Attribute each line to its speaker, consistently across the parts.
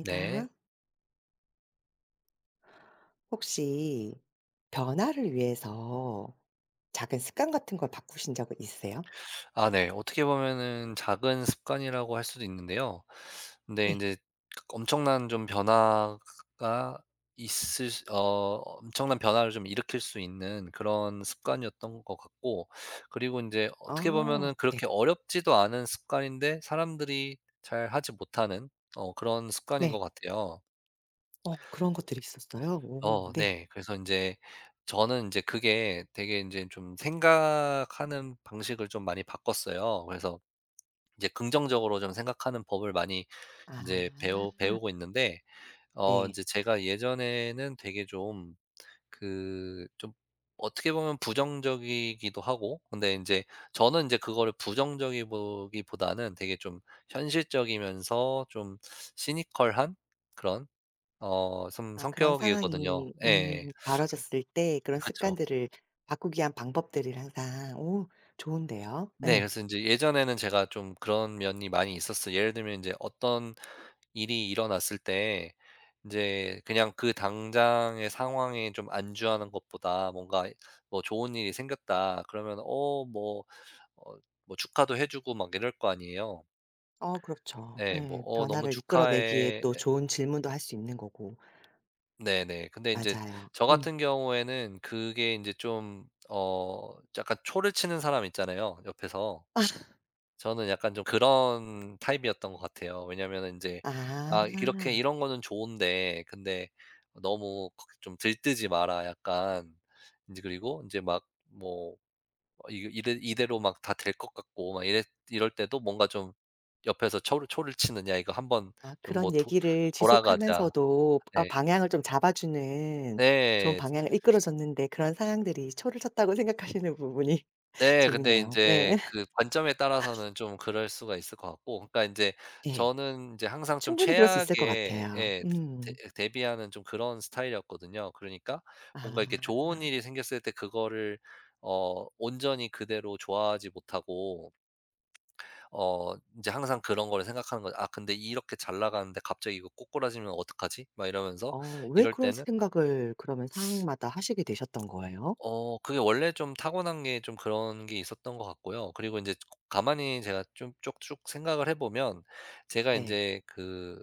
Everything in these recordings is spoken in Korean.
Speaker 1: 네.
Speaker 2: 혹시 변화를 위해서 작은 습관 같은 걸 바꾸신 적은 있으세요?
Speaker 1: 아, 네. 어떻게 보면은 작은 습관이라고 할 수도 있는데요. 근데
Speaker 2: 네.
Speaker 1: 인제 엄청난 좀 변화가 있을 수 어 엄청난 변화를 좀 일으킬 수 있는 그런 습관이었던 것 같고, 그리고 인제 어떻게
Speaker 2: 아
Speaker 1: 보면은
Speaker 2: 네.
Speaker 1: 그렇게 어렵지도 않은 습관인데 사람들이 잘 하지 못하는 그런 습관인
Speaker 2: 네.
Speaker 1: 것 같아요.
Speaker 2: 어 그런 것들이 있었어요? 오
Speaker 1: 어,
Speaker 2: 네.
Speaker 1: 네. 그래서 인제 저는 인제 그게 되게 인제 좀 생각하는 방식을 좀 많이 바꿨어요. 그래서 이제 긍정적으로 좀 생각하는 법을 많이 이제 배우
Speaker 2: 아
Speaker 1: 배우고 있는데, 어 이
Speaker 2: 네.
Speaker 1: 제 제가 예전에는 되게 좀, 그 좀 어떻게 보면 부정적이기도 하고, 근데 이제 저는 이제 그거를 부정적이 기보다는 되게 좀 현실적이면서 좀 시니컬한 그런, 어 좀
Speaker 2: 아 그런
Speaker 1: 성격이거든요.
Speaker 2: 상황이
Speaker 1: 예. 예. 그
Speaker 2: 벌어졌을 때 그런
Speaker 1: 그쵸.
Speaker 2: 습관들을 바꾸기 위한 방법들을 항상 오 좋은데요.
Speaker 1: 네.
Speaker 2: 네.
Speaker 1: 그래서 인제 예전에는 제가 좀 그런 면이 많이 있었어요. 예를 들면 인제 어떤 일이 일어났을 때 인제 그냥 그 당장의 상황에 좀 안주하는 것보다 뭔가, 뭐 "좋은 일이 생겼다." 그러면 어 뭐 축하도 해 주고 막 이럴 거 아니에요.
Speaker 2: 어 그렇죠.
Speaker 1: 예. 뭐
Speaker 2: 예.
Speaker 1: "어, 너무
Speaker 2: 변화를 이끌어 내기에
Speaker 1: 축하해."
Speaker 2: 또 좋은 질문도 할 수 있는 거고.
Speaker 1: 네네. 근데 인제
Speaker 2: 맞아요.
Speaker 1: 저
Speaker 2: 음.
Speaker 1: 같은 경우에는 그게 인제 좀 약간 초를 치는 사람 있잖아요, 옆에서. 저는 약간 좀 그런 타입이었던 것 같아요. 왜냐면은 이제,
Speaker 2: 아.
Speaker 1: 아 이렇게 이런 거는 좋은데 근데 너무 거 좀 들뜨지 마라, 약간. 이제 그리고 이제 막, 뭐, 어 이게 이대 로 막 다 될 것 같고 막 이래 이럴 때도 뭔가 좀 옆에서 초를 치느냐, 이거 한번
Speaker 2: 아
Speaker 1: 좀 뭐
Speaker 2: 그런 얘기를
Speaker 1: 돌아가자.
Speaker 2: 지속하면서도 아
Speaker 1: 네.
Speaker 2: 방향을 좀 잡아주는 좋은
Speaker 1: 네.
Speaker 2: 방향을 이끌어 줬는데 그런 상황들이 초를 쳤다고 생각하시는 부분이
Speaker 1: 네. 근데
Speaker 2: 재밌네요. 네.
Speaker 1: 인제 그 관점에 따라서는 좀 그럴 수가 있을 것 같고, 그러니까 인제
Speaker 2: 예.
Speaker 1: 저는 인제 항상 좀
Speaker 2: 충분히 그럴 수 있을 것
Speaker 1: 최악에,
Speaker 2: 같아요.
Speaker 1: 예 대
Speaker 2: 음.
Speaker 1: 대비하는 좀 그런 스타일이었거든요. 그러니까 뭔가 이렇게 좋은
Speaker 2: 아.
Speaker 1: 일이 생겼을 때 그거를 어 온전히 그대로 좋아하지 못하고, 어 인제 항상 그런 거를 생각하는 거죠. '아, 근데 이렇게 잘 나가는데 갑자기 이거 꼬꾸라지면 어떡하지?' 막 이러면서,
Speaker 2: 어 왜
Speaker 1: 이럴
Speaker 2: 그런
Speaker 1: 때는,
Speaker 2: 생각을 그러면 상황마다 하시게 되셨던 거예요?
Speaker 1: 그게 원래 좀 타고난 게 좀 그런 게 있었던 것 같고요. 그리고 이제 가만히 제가 좀 쭉쭉 생각을 해 보면, 제가 이
Speaker 2: 네.
Speaker 1: 제 그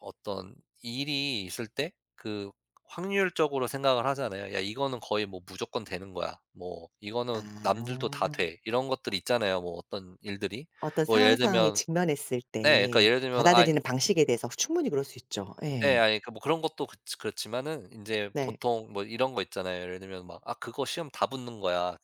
Speaker 1: 어떤 일이 있을 때 그 확률적으로 생각을 하잖아요. '야 이거는 거의 뭐 무조건 되는 거야.' 뭐 '이거는 남들도 다
Speaker 2: 아.
Speaker 1: 돼.' 이런 것들이 있잖아요, 뭐 어떤 일들이.
Speaker 2: 어떤
Speaker 1: 뭐 예를
Speaker 2: 상황에
Speaker 1: 들면,
Speaker 2: 직면했을
Speaker 1: 네 그러니까
Speaker 2: 때
Speaker 1: 예를 들면 '아.
Speaker 2: 받아들이는 방식에 대해서 충분히 그럴 수 있죠.
Speaker 1: 예.
Speaker 2: 예.
Speaker 1: 아니 그 뭐 그런 것도 그 그렇지만은 인제
Speaker 2: 네.
Speaker 1: 보통 뭐 이런 거 있잖아요. 예를 들면 막 "아 그거 시험 다 붙는 거야."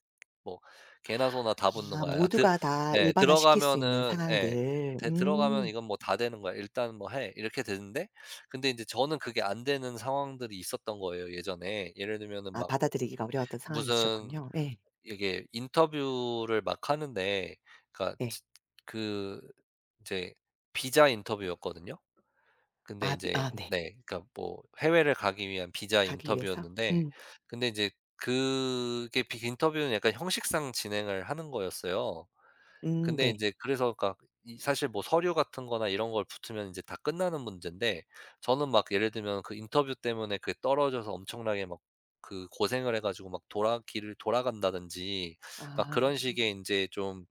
Speaker 1: 뭐 "개나 소나 다 붙는
Speaker 2: 아
Speaker 1: 거야." 야 드,
Speaker 2: 모두가 다
Speaker 1: 예.
Speaker 2: 일반화시킬 수 있는
Speaker 1: "들어가면은" 예.
Speaker 2: 상황들.
Speaker 1: "대 들어가면
Speaker 2: 음.
Speaker 1: 이건 뭐 다 되는 거야. 일단 뭐 해." 이렇게 되는데, 근데 인제 저는 그게 안 되는 상황들이 있었던 거예요, 예전에. 예를 들면은
Speaker 2: 아
Speaker 1: 막
Speaker 2: 받아들이기가 어려웠던 상황이
Speaker 1: 무슨,
Speaker 2: 있으셨군요. 예.
Speaker 1: 이게 인터뷰를 막 하는데, 그러니까
Speaker 2: 네.
Speaker 1: 지, 그 이제 비자 인터뷰였거든요. 근데
Speaker 2: 아 비 아
Speaker 1: 인제,
Speaker 2: 네.
Speaker 1: 네, 그러니까 뭐 해외를 가기 위한 비자
Speaker 2: 가기 위해서?
Speaker 1: 인터뷰였는데,
Speaker 2: 음.
Speaker 1: 근데 이제 그게 비 인터뷰는 약간 형식상 진행을 하는 거였어요. 근데
Speaker 2: 네.
Speaker 1: 인제 그래서 그러니까 이 사실 뭐 서류 같은 거나 이런 걸 붙으면 인제 다 끝나는 문제인데, 저는 막 예를 들면 그 인터뷰 때문에 그게 떨어져서 엄청나게 막 그 고생을 해 가지고 막 돌아 길을 돌아간다든지 막
Speaker 2: 아.
Speaker 1: 그런 식의 인제 좀,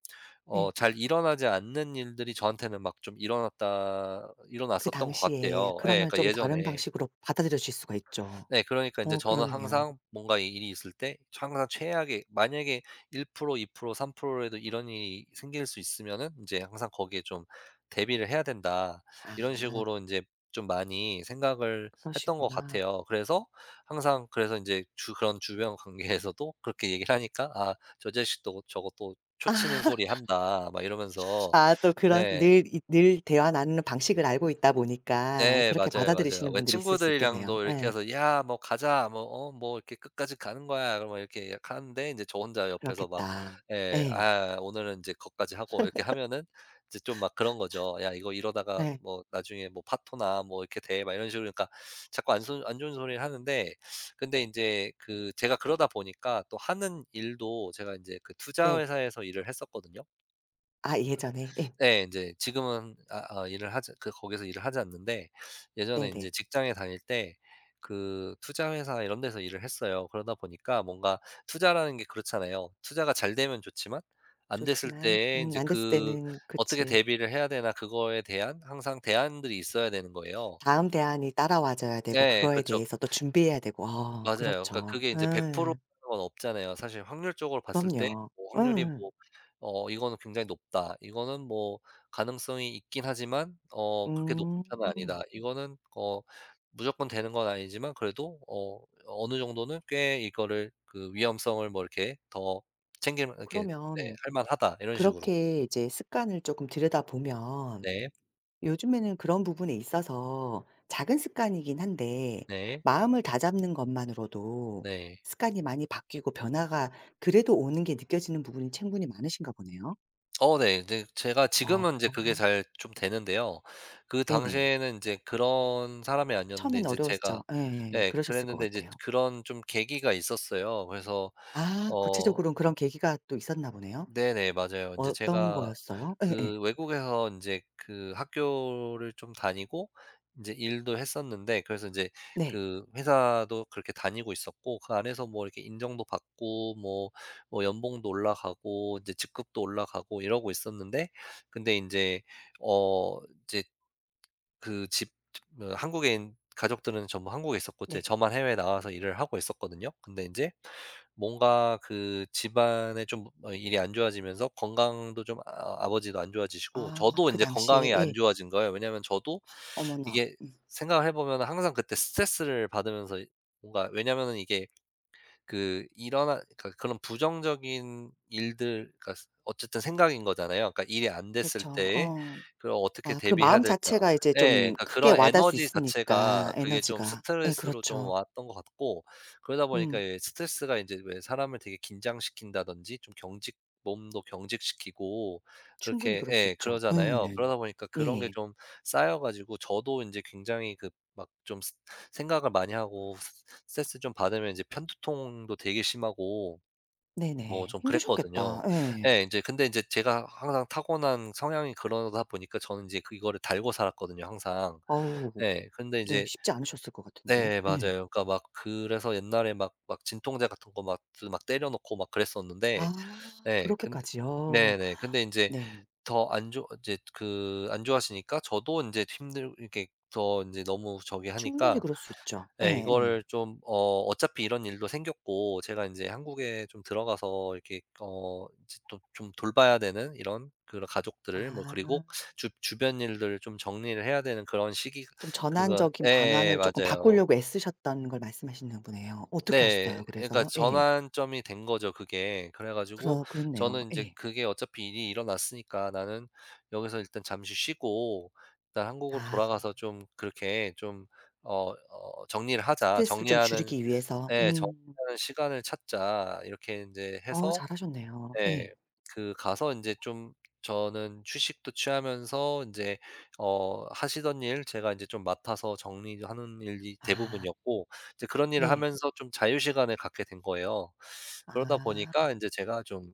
Speaker 1: 어
Speaker 2: 예.
Speaker 1: 잘 일어나지 않는 일들이 저한테는 막 좀 일어났다
Speaker 2: 그
Speaker 1: 일어났었던 것
Speaker 2: 당시에
Speaker 1: 같아요. 예.
Speaker 2: 그러면
Speaker 1: 그러니까
Speaker 2: 좀 다른
Speaker 1: 예전에.
Speaker 2: 방식으로 받아들여 질 수가 있죠.
Speaker 1: 네. 그러니까 인제
Speaker 2: 어
Speaker 1: 저는
Speaker 2: 그렇네요.
Speaker 1: 항상 뭔가 이 일이 있을 때 항상 최악의, 만약에 1% 2% 3% 라도 이런 일이 생길 수 있으면은 인제 항상 거기에 좀 '대비를 해야 된다.'
Speaker 2: 아
Speaker 1: 이런 식으로 인제 좀 많이 생각을 했던 것
Speaker 2: 그러시구나.
Speaker 1: 같아요. 그래서 항상, 그래서 인제 주 그런 주변 관계에서도 그렇게 얘기를 하니까 '아 저 자식도 저거 또 초치는 소리 한다.' 막 이러면서.
Speaker 2: 아 또 그런
Speaker 1: 네.
Speaker 2: 늘 대화 나누는 방식을 알고 있다 보니까
Speaker 1: 네.
Speaker 2: 그렇게
Speaker 1: 맞아요, 맞아요.
Speaker 2: 받아들이시는
Speaker 1: 왜
Speaker 2: 분들이 있을 수 있겠네요.
Speaker 1: 친구들이랑도 이렇게
Speaker 2: 예.
Speaker 1: 해서 "야 뭐 가자." 뭐 "어 뭐 이렇게 끝까지 가는 거야." 그러면 이렇게 약 하는데, 인제 저 혼자 옆에서 막
Speaker 2: 그렇겠다.
Speaker 1: 예
Speaker 2: 예.
Speaker 1: "아 오늘은 인제 거기까지 하고." 이렇게 하면은 이제 좀 막 그런 거죠. "야 이거 이러다가
Speaker 2: 예.
Speaker 1: 뭐 나중에 뭐 파토나 뭐 이렇게 돼." 막 이런 식으로, 그러니까 자꾸 안 좋은, 안 좋은 소리를 하는데. 근데 인제 그 제가 그러다 보니까 또 하는 일도, 제가 인제 그 투자
Speaker 2: 네.
Speaker 1: 회사에서 일을 했었거든요.
Speaker 2: 아 예전에. 예.
Speaker 1: 네. 인제 지금은, 아 어 일을 하지, 그 거기서 일을 하지 않는데, 예전에 인제
Speaker 2: 네네.
Speaker 1: 직장에 다닐 때 그 투자 회사 이런 데서 일을 했어요. 그러다 보니까 뭔가 투자라는 게 그렇잖아요. 투자가 잘 되면 좋지만 안 됐을
Speaker 2: 좋지만
Speaker 1: 때에 인제
Speaker 2: 안 됐을
Speaker 1: 그
Speaker 2: 때는
Speaker 1: 어떻게
Speaker 2: 그치.
Speaker 1: 대비를 해야 되나, 그거에 대한 항상 대안들이 있어야 되는 거예요.
Speaker 2: 다음 대안이 따라와 줘야 되고
Speaker 1: 네.
Speaker 2: 그거에
Speaker 1: 그쵸.
Speaker 2: 대해서 또 준비해야 되고. 어
Speaker 1: 맞아요. 그러니까
Speaker 2: 그렇죠.
Speaker 1: 그게 인제 100%
Speaker 2: 예.
Speaker 1: 라는 건 없잖아요. 사실 확률적으로 봤을 때
Speaker 2: 그럼요.
Speaker 1: 뭐 확률이
Speaker 2: 예.
Speaker 1: 뭐 어 이거는 굉장히 높다. 이거는 뭐 가능성이 있긴 하지만, 어 그렇게 높은 편은
Speaker 2: 음.
Speaker 1: 아니다. 이거는, 어 무조건 되는 건 아니지만 그래도 어 어느 정도는 꽤 이거를 그 위험성을 뭐 이렇게 더 챙기면 이렇게 네
Speaker 2: 그러면
Speaker 1: 할 만하다. 이런 식으로.
Speaker 2: 그렇게 이제 습관을 조금 들여다보면
Speaker 1: 네.
Speaker 2: 요즘에는 그런 부분에 있어서 작은 습관이긴 한데
Speaker 1: 네.
Speaker 2: 마음을 다잡는 것만으로도
Speaker 1: 네.
Speaker 2: 습관이 많이 바뀌고 변화가 그래도 오는 게 느껴지는 부분이 충분히 많으신가 보네요.
Speaker 1: 어, 네. 이제 제가
Speaker 2: 아,
Speaker 1: 지금은 인제 그게 잘 좀 되는데요. 그
Speaker 2: 네네.
Speaker 1: 당시에는 인제 그런 사람이 아니었는데,
Speaker 2: 처음엔
Speaker 1: 인제 제가
Speaker 2: 어려웠죠. 예.
Speaker 1: 예
Speaker 2: 그러셨을 것
Speaker 1: 그랬는데 이제
Speaker 2: 같아요.
Speaker 1: 그런 좀 계기가 있었어요. 그래서,
Speaker 2: 아
Speaker 1: 어
Speaker 2: 구체적으로는 그런 계기가 또 있었나 보네요.
Speaker 1: 네네. 맞아요. 인제
Speaker 2: 어떤
Speaker 1: 제가
Speaker 2: 거였어요? 예예.
Speaker 1: 그 외국에서 인제 그 학교를 좀 다니고 인제 일도 했었는데, 그래서 인제
Speaker 2: 네.
Speaker 1: 그 회사도 그렇게 다니고 있었고 그 안에서 뭐 이렇게 인정도 받고 뭐 뭐 연봉도 올라가고 인제 직급도 올라가고 이러고 있었는데, 근데 인제, 어 이제 그 집, 뭐 한국에 있는 가족들은 전부 한국에 있었고 이제
Speaker 2: 네.
Speaker 1: 저만 해외에 나와서 일을 하고 있었거든요. 근데 인제 뭔가 그 집안에 좀 어 일이 안 좋아지면서 건강도 좀, 아버지도 안 좋아지시고
Speaker 2: 아
Speaker 1: 저도
Speaker 2: 그
Speaker 1: 인제
Speaker 2: 당시에
Speaker 1: 건강이 안
Speaker 2: 예.
Speaker 1: 좋아진 거예요. 왜냐하면 저도
Speaker 2: 어머나.
Speaker 1: 이게 생각을 해 보면은 항상 그때 스트레스를 받으면서 이, 뭔가 왜냐하면은 이게 그 일어나, 그러니까 그런 부정적인 일들, 그러니까 어쨌든 생각인 거잖아요. 그러니까 일이 안 됐을
Speaker 2: 그렇죠.
Speaker 1: 때에
Speaker 2: 어.
Speaker 1: 그럼 어떻게
Speaker 2: 아 그
Speaker 1: 대비해야
Speaker 2: 마음
Speaker 1: 될까.
Speaker 2: 자체가 이제
Speaker 1: 예.
Speaker 2: 좀
Speaker 1: 그러니까
Speaker 2: 크게
Speaker 1: 그런
Speaker 2: 와 닿을 수
Speaker 1: 에너지
Speaker 2: 있으니까
Speaker 1: 자체가 그게 좀
Speaker 2: 에너지가. 예
Speaker 1: 스트레스로 좀
Speaker 2: 그렇죠.
Speaker 1: 왔던 것 같고, 그러다 보니까
Speaker 2: 음.
Speaker 1: 예 스트레스가 인제 왜 사람을 되게 긴장시킨다든지 좀 경직 몸도 경직시키고
Speaker 2: 충분히
Speaker 1: 그렇게
Speaker 2: 그럴 수
Speaker 1: 예
Speaker 2: 있죠.
Speaker 1: 그러잖아요.
Speaker 2: 예.
Speaker 1: 그러다 보니까 그런 게
Speaker 2: 예.
Speaker 1: 좀 쌓여 가지고 저도 인제 굉장히 그 막 좀 스, 생각을 많이 하고 스트레스 좀 받으면 이제 편두통도 되게 심하고 뭐
Speaker 2: 네네.
Speaker 1: 좀 그랬거든요.
Speaker 2: 힘드셨겠다. 예.
Speaker 1: 예 인제 근데 인제 제가 항상 타고난 성향이 그러다 보니까 저는 이제 그거를 달고 살았거든요, 항상.
Speaker 2: 어우
Speaker 1: 예. 근데 이
Speaker 2: 네
Speaker 1: 제
Speaker 2: 쉽지 않으셨을 것 같은데.
Speaker 1: 네
Speaker 2: 예.
Speaker 1: 맞아요. 그러니까 막 그래서 옛날에 막 막 진통제 같은 거 막 드 막 때려 놓고 막 그랬었는데,
Speaker 2: 아
Speaker 1: 예 근데,
Speaker 2: 그렇게까지요.
Speaker 1: 네네. 근데 인제
Speaker 2: 네.
Speaker 1: 더 안 좋아지니까 저도 인제 힘들, 이렇게 더 인제 너무 저기
Speaker 2: 충분히
Speaker 1: 하니까,
Speaker 2: 그럴 수 있죠.
Speaker 1: 예
Speaker 2: 예예.
Speaker 1: 이거를 좀, 어 어차피 이런 일도 생겼고 제가 이제 한국에 좀 들어가서 이렇게 어 이제 또 좀 돌봐야 되는 이런 그런 가족들을 뭐 그리고
Speaker 2: 아
Speaker 1: 주 주변 일들을 좀 정리를 해야 되는 그런 시기,
Speaker 2: 좀
Speaker 1: 그거
Speaker 2: 전환적인
Speaker 1: 예 예,
Speaker 2: 방향을 쪼끔
Speaker 1: 맞아요.
Speaker 2: 바꾸려고 애쓰셨던 걸 말씀하시는 거네요. 어떻게
Speaker 1: 네.
Speaker 2: 하셨어요
Speaker 1: 그러니까
Speaker 2: 그래서? 예.
Speaker 1: 전환점이 된 거죠, 그게. 그래 가지고
Speaker 2: 그러 그렇네요.
Speaker 1: 저는 이제
Speaker 2: 예.
Speaker 1: 그게 어차피 일이 일어났으니까 '나는 여기서 일단 잠시 쉬고 일단 한국으로
Speaker 2: 아
Speaker 1: 돌아가서 좀 그렇게 좀 어, 어 정리를 하자.'
Speaker 2: 스트레스를 좀
Speaker 1: 정리하는,
Speaker 2: 줄이기 위해서.
Speaker 1: 예.
Speaker 2: 음.
Speaker 1: '정비하는 시간을 찾자.' 이렇게 인제
Speaker 2: 어
Speaker 1: 해서
Speaker 2: 잘하셨네요.
Speaker 1: 예.
Speaker 2: 예.
Speaker 1: 그 가서 인제 좀 저는 휴식도 취하면서 인제, 어 하시던 일 제가 인제 좀 맡아서 정리하는 일이
Speaker 2: 아
Speaker 1: 대부분이었고, 이제 그런 일을
Speaker 2: 네.
Speaker 1: 하면서 좀 자유 시간을 갖게 된 거예요. 그러다
Speaker 2: 아
Speaker 1: 보니까 인제 제가 좀,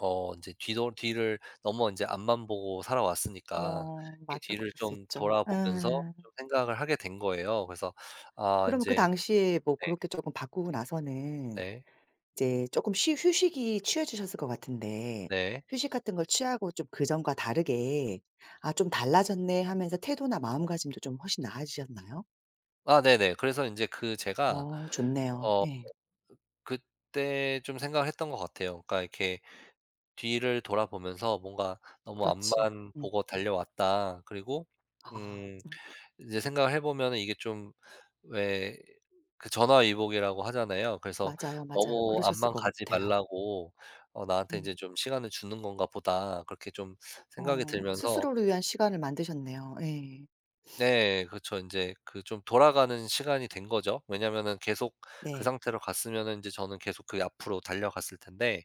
Speaker 1: 어 인제 뒤도 뒤를 너무 인제 앞만 보고 살아왔으니까
Speaker 2: 어
Speaker 1: 이
Speaker 2: 맞아.
Speaker 1: 뒤를
Speaker 2: 그럴 수
Speaker 1: 좀
Speaker 2: 있죠.
Speaker 1: 돌아보면서
Speaker 2: 예.
Speaker 1: 좀 생각을 하게 된 거예요. 그래서 아
Speaker 2: 그러면 그
Speaker 1: 인제.
Speaker 2: 당시에 뭐
Speaker 1: 네.
Speaker 2: 그렇게 쪼끔 바꾸고 나서는
Speaker 1: 네.
Speaker 2: 이제 조금 쉬 휴식이 취해 주셨을 것 같은데
Speaker 1: 네.
Speaker 2: 휴식 같은 걸 취하고 좀 그전과 다르게 '아 좀 달라졌네.' 하면서 태도나 마음가짐도 좀 훨씬 나아지셨나요?
Speaker 1: 아 네네. 그래서 인제 그 제가
Speaker 2: 어 좋네요.
Speaker 1: 어
Speaker 2: 예.
Speaker 1: 그때 좀 생각을 했던 것 같아요. 그러니까 이렇게 뒤를 돌아보면서 뭔가 '너무
Speaker 2: 그렇지.
Speaker 1: 앞만
Speaker 2: 음.
Speaker 1: 보고 달려왔다.' 그리고
Speaker 2: 아
Speaker 1: 음 이제 생각을 해 보면은 이게 좀, 왜 그 전화위복이라고 하잖아요. 그래서
Speaker 2: 맞아요, 맞아요.
Speaker 1: '너무
Speaker 2: 그러셨을
Speaker 1: 앞만
Speaker 2: 것
Speaker 1: 가지
Speaker 2: 같아요.
Speaker 1: 말라고 어 나한테
Speaker 2: 음.
Speaker 1: 인제 좀 시간을 주는 건가 보다.' 그렇게 좀 생각이
Speaker 2: 어
Speaker 1: 들면서.
Speaker 2: 스스로를 위한 시간을 만드셨네요. 예.
Speaker 1: 네. 그렇죠. 인제 그 좀 돌아가는 시간이 된 거죠. 왜냐면은 계속 그
Speaker 2: 네.
Speaker 1: 상태로 갔으면은 인제 저는 계속 그 앞으로 달려갔을 텐데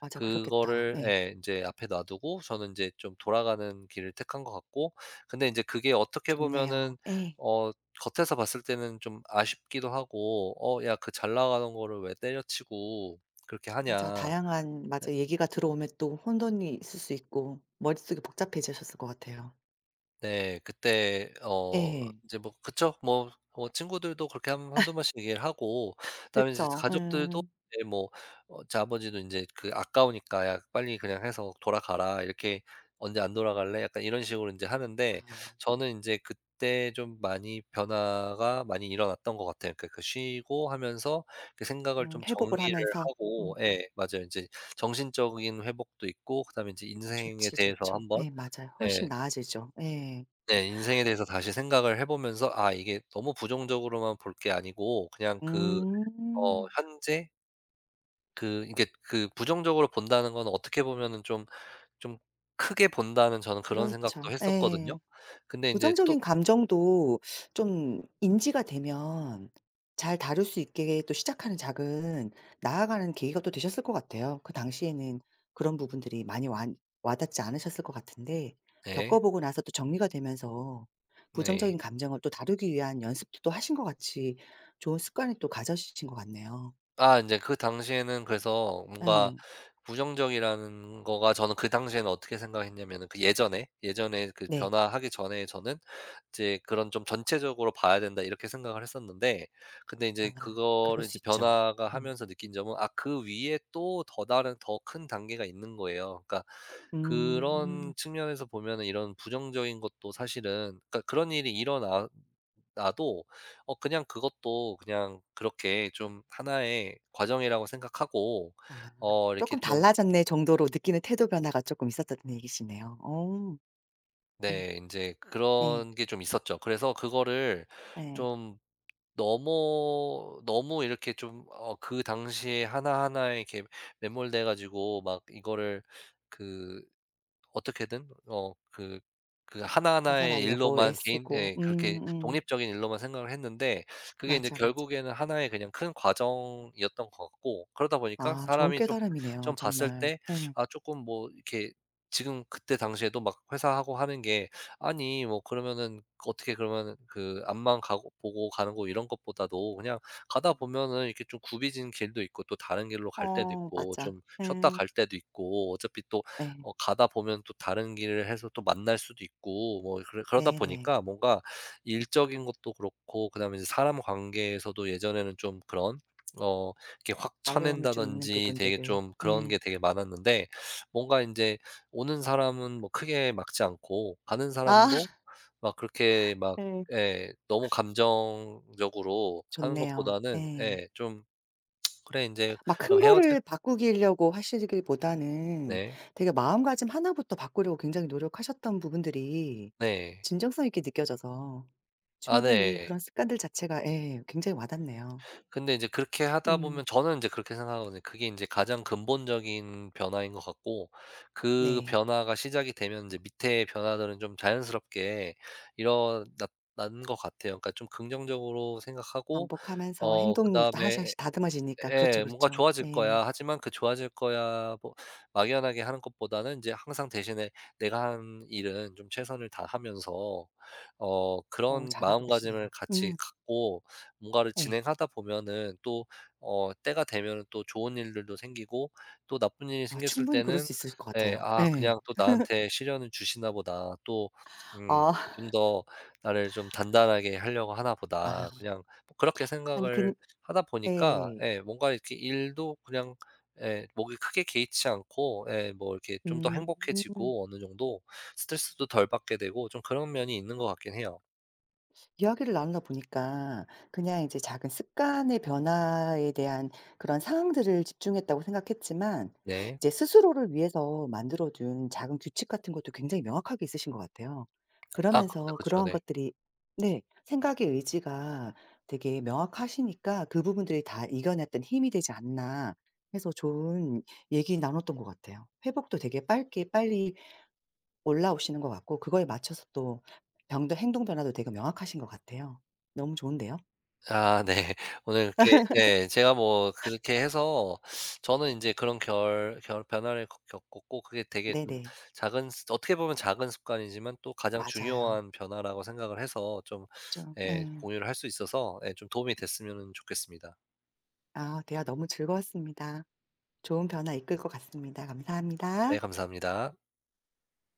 Speaker 2: 맞아 그렇겠다.
Speaker 1: 그거를
Speaker 2: 예.
Speaker 1: 예 인제 앞에 놔두고 저는 인제 좀 돌아가는 길을 택한 것 같고, 근데 인제 그게 어떻게
Speaker 2: 좋네요.
Speaker 1: 보면은,
Speaker 2: 예.
Speaker 1: 어 겉에서 봤을 때는 좀 아쉽기도 하고 '어 야 그 잘 나가던 거를 왜 때려치고 그렇게
Speaker 2: 맞아.
Speaker 1: 하냐.'
Speaker 2: 다양한 맞아 얘기가 들어오면 또 혼돈이 있을 수 있고 머릿속이 복잡해지셨을 것 같아요.
Speaker 1: 네. 그때 어
Speaker 2: 예.
Speaker 1: 이제 뭐 그쵸. 뭐 뭐 친구들도 그렇게 한두2 번씩 얘기를 하고 그다음에 이제
Speaker 2: 그쵸.
Speaker 1: 가족들도,
Speaker 2: 음.
Speaker 1: 이제 뭐, 어 제 아버지도 인제 그 아까우니까 "야 빨리 그냥 해서 돌아가라. 이렇게 언제 안 돌아갈래?" 약간 이런 식으로 인제 하는데,
Speaker 2: 아.
Speaker 1: 저는 인제 그때 좀 많이 변화가 많이 일어났던 것 같아요. 그러니까 그 쉬고 하면서 그 생각을 좀
Speaker 2: 회복을
Speaker 1: 정리를
Speaker 2: 하면서. 음.
Speaker 1: 하고, 예 맞아요. 인제 정신적인 회복도 있고 그다음에 인제 인생에
Speaker 2: 좋지,
Speaker 1: 대해서
Speaker 2: 좋죠.
Speaker 1: 한번,
Speaker 2: 예 맞아요. 훨씬
Speaker 1: 예.
Speaker 2: 나아지죠. 예.
Speaker 1: 네. 인생에 대해서 다시 생각을 해 보면서 '아 이게 너무 부정적으로만 볼 게 아니고 그냥 그, 어
Speaker 2: 음.
Speaker 1: 현재 그 이게 그 부정적으로 본다는 건 어떻게 보면은 좀, 좀 크게 본다.'는 저는 그런 생각도
Speaker 2: 그렇죠.
Speaker 1: 했었거든요.
Speaker 2: 예.
Speaker 1: 근데 인제 또.
Speaker 2: 부정적인 감정도 좀 인지가 되면 잘 다룰 수 있게 또 시작하는 작은 나아가는 계기가 또 되셨을 것 같아요. 그 당시에는 그런 부분들이 많이 와 와닿지 않으셨을 것 같은데
Speaker 1: 네.
Speaker 2: 겪어보고 나서 또 정리가 되면서
Speaker 1: 네.
Speaker 2: 부정적인 감정을 또 다루기 위한 연습도 또 하신 것 같이 좋은 습관을 또 가져신 것 같네요.
Speaker 1: 아 이제 그 당시에는 그래서 뭔가
Speaker 2: 네,
Speaker 1: 부정적이라는 거가 저는 그 당시에는 어떻게 생각했냐면은 그 예전에, 예전에 그
Speaker 2: 네.
Speaker 1: 변화하기 전에 저는 이제 '그런 좀 전체적으로 봐야 된다.' 이렇게 생각을 했었는데, 근데 이제
Speaker 2: 아 그럴
Speaker 1: 그거를
Speaker 2: 수
Speaker 1: 이제
Speaker 2: 있죠.
Speaker 1: 변화가
Speaker 2: 음.
Speaker 1: 하면서 느낀 점은 아 그 위에 또 더 다른 더 큰 단계가 있는 거예요. 그러니까
Speaker 2: 음.
Speaker 1: 그런 측면에서 보면은 이런 부정적인 것도 사실은 그러니까 그런 일이 일어나 나도 어 그냥 그것도 그냥 그렇게 좀 하나의 과정이라고 생각하고,
Speaker 2: 아.
Speaker 1: 어 이렇게
Speaker 2: 조금
Speaker 1: 좀.
Speaker 2: 달라졌네." 정도로 느끼는 태도 변화가 조금 있었다는 얘기시네요. 어. 음.
Speaker 1: 네 인제
Speaker 2: 예.
Speaker 1: 그런 게 좀 있었죠. 그래서 그거를
Speaker 2: 예.
Speaker 1: 좀, 너무, 너무 이렇게 좀 어 그 당시에 하나하나에 이렇게 매몰돼 가지고 막 이거를 그 어떻게든 어 그, 그 하나하나의
Speaker 2: 벗어나려고
Speaker 1: 일로만 개인
Speaker 2: 애쓰고.
Speaker 1: 예 그렇게
Speaker 2: 음.
Speaker 1: 독립적인 일로만 생각을 했는데, 그게 인제
Speaker 2: 맞아, 맞아.
Speaker 1: 결국에는 하나의 그냥 큰 과정이었던 것 같고, 그러다 보니까
Speaker 2: 아 좋은
Speaker 1: 사람이 좀,
Speaker 2: 깨달음이네요
Speaker 1: 좀 봤을
Speaker 2: 정말.
Speaker 1: 때
Speaker 2: 예.
Speaker 1: 아 쪼끔 뭐 이렇게, 지금 그때 당시에도 막 회사하고 하는 게 '아니 뭐 그러면은 어떻게 그러면은 그 앞만 가고 보고 가는 거 이런 것보다도 그냥 가다 보면은 이렇게 좀 굽이진 길도 있고 또 다른 길로 갈 때도
Speaker 2: 어
Speaker 1: 있고
Speaker 2: 맞아.
Speaker 1: 좀 쉬었다
Speaker 2: 예.
Speaker 1: 갈 때도 있고 어차피 또
Speaker 2: 예.
Speaker 1: 어 가다 보면 또 다른 길을 해서 또 만날 수도 있고 뭐 그러다
Speaker 2: 네네.
Speaker 1: 보니까 뭔가 일적인 것도 그렇고 그다음에 이제 사람 관계에서도 예전에는 좀 그런, 어 이렇게 확
Speaker 2: 어려움이 좀 있는
Speaker 1: 쳐낸다든지 되게
Speaker 2: 부분들을
Speaker 1: 좀 그런 게
Speaker 2: 예.
Speaker 1: 되게 많았는데, 뭔가 이제 오는 사람은 뭐 크게 막지 않고 가는
Speaker 2: 아
Speaker 1: 사람도 막 그렇게 막
Speaker 2: 예.
Speaker 1: 예 너무 감정적으로 하는
Speaker 2: 좋네요.
Speaker 1: 것보다는
Speaker 2: 예.
Speaker 1: 예 좀 '그래 이제
Speaker 2: 막 큰
Speaker 1: 그럼 헤어질'
Speaker 2: 거를 바꾸기려고 하시기보다는
Speaker 1: 네.
Speaker 2: 되게 마음가짐 하나부터 바꾸려고 굉장히 노력하셨던 부분들이
Speaker 1: 네.
Speaker 2: 진정성 있게 느껴져서
Speaker 1: 아,
Speaker 2: 충분히
Speaker 1: 네.
Speaker 2: 그런 습관들 자체가 예 굉장히 와닿네요.
Speaker 1: 근데 이제 그렇게 하다
Speaker 2: 음
Speaker 1: 보면 저는 이제 그렇게 생각하거든요. 그게 이제 가장 근본적인 변화인 것 같고, 그
Speaker 2: 네.
Speaker 1: 변화가 시작이 되면 이제 밑에 변화들은 좀 자연스럽게 일어난 것 같아요. 그러니까 좀 긍정적으로 생각하고
Speaker 2: 반복하면서
Speaker 1: 어
Speaker 2: 행동이 또 하나씩
Speaker 1: 그다음에
Speaker 2: 하나씩 다듬어지니까 그렇죠,
Speaker 1: 예. 뭔가
Speaker 2: 그렇죠.
Speaker 1: 좋아질
Speaker 2: 예.
Speaker 1: 거야. 하지만 그 좋아질 거야 뭐 막연하게 하는 것보다는 이제 항상 대신에 내가 한 일은 좀 최선을 다하면서 어
Speaker 2: 어
Speaker 1: 그런
Speaker 2: 잘하고 계시네요.
Speaker 1: 마음가짐을 같이
Speaker 2: 음
Speaker 1: 갖고 뭔가를
Speaker 2: 예.
Speaker 1: 진행하다 보면은 또 어 때가 되면은 또 좋은 일들도 생기고 또 나쁜 일이
Speaker 2: 아
Speaker 1: 생겼을
Speaker 2: 충분히 그럴
Speaker 1: 때는
Speaker 2: 수 있을 것
Speaker 1: 예
Speaker 2: 같아요.
Speaker 1: '아
Speaker 2: 예.
Speaker 1: 그냥 또 나한테 시련을 주시나 보다. 또 음
Speaker 2: 아.
Speaker 1: 좀 더 나를 좀 단단하게 하려고 하나 보다.'
Speaker 2: 아
Speaker 1: 그냥 뭐 그렇게
Speaker 2: 아니 그
Speaker 1: 생각을 하다 보니까
Speaker 2: 네 예.
Speaker 1: 예 뭔가 이렇게 일도 그냥 예 목이 크게 개의치 않고 예 뭐 이렇게 좀 더
Speaker 2: 음.
Speaker 1: 행복해지고 어느 정도 스트레스도 덜 받게 되고 좀 그런 면이 있는 것 같긴 해요.
Speaker 2: 이야기를 나누다 보니까 그냥 이제 작은 습관의 변화에 대한 그런 상황들을 집중했다고 생각했지만
Speaker 1: 네.
Speaker 2: 이제 스스로를 위해서 만들어 둔 작은 규칙 같은 것도 굉장히 명확하게 있으신 것 같아요.
Speaker 1: 아 그-,
Speaker 2: 그러면서
Speaker 1: 그쵸.
Speaker 2: 그러한
Speaker 1: 네.
Speaker 2: 것들이 네, 생각의 의지가 되게 명확하시니까 그 부분들이 다 이겨냈던 힘이 되지 않나 해서 좋은 얘기 나눴던 것 같아요. 회복도 되게 빨리 빨리 올라오시는 것 같고 그거에 맞춰서 또 병도 행동 변화도 되게 명확하신 것 같아요. 너무 좋은데요?
Speaker 1: 아 네. 오늘 이렇게 네 제가 뭐 그렇게 해서 저는 이제 그런 결 변화를 겪 겪었고 그게 되게 좀
Speaker 2: 네네.
Speaker 1: 작은 습 어떻게 보면 작은 습관이지만 또 가장
Speaker 2: 맞아요.
Speaker 1: 중요한 변화라고 생각을 해서 좀
Speaker 2: 그죠.
Speaker 1: 예
Speaker 2: 예.
Speaker 1: 공유를 할 수 있어서 예 좀 도움이 됐으면 좋겠습니다.
Speaker 2: 아 대화 너무 즐거웠습니다. 좋은 변화 이끌 것 같습니다.
Speaker 1: 네
Speaker 2: 감사합니다.
Speaker 1: 감사합니다.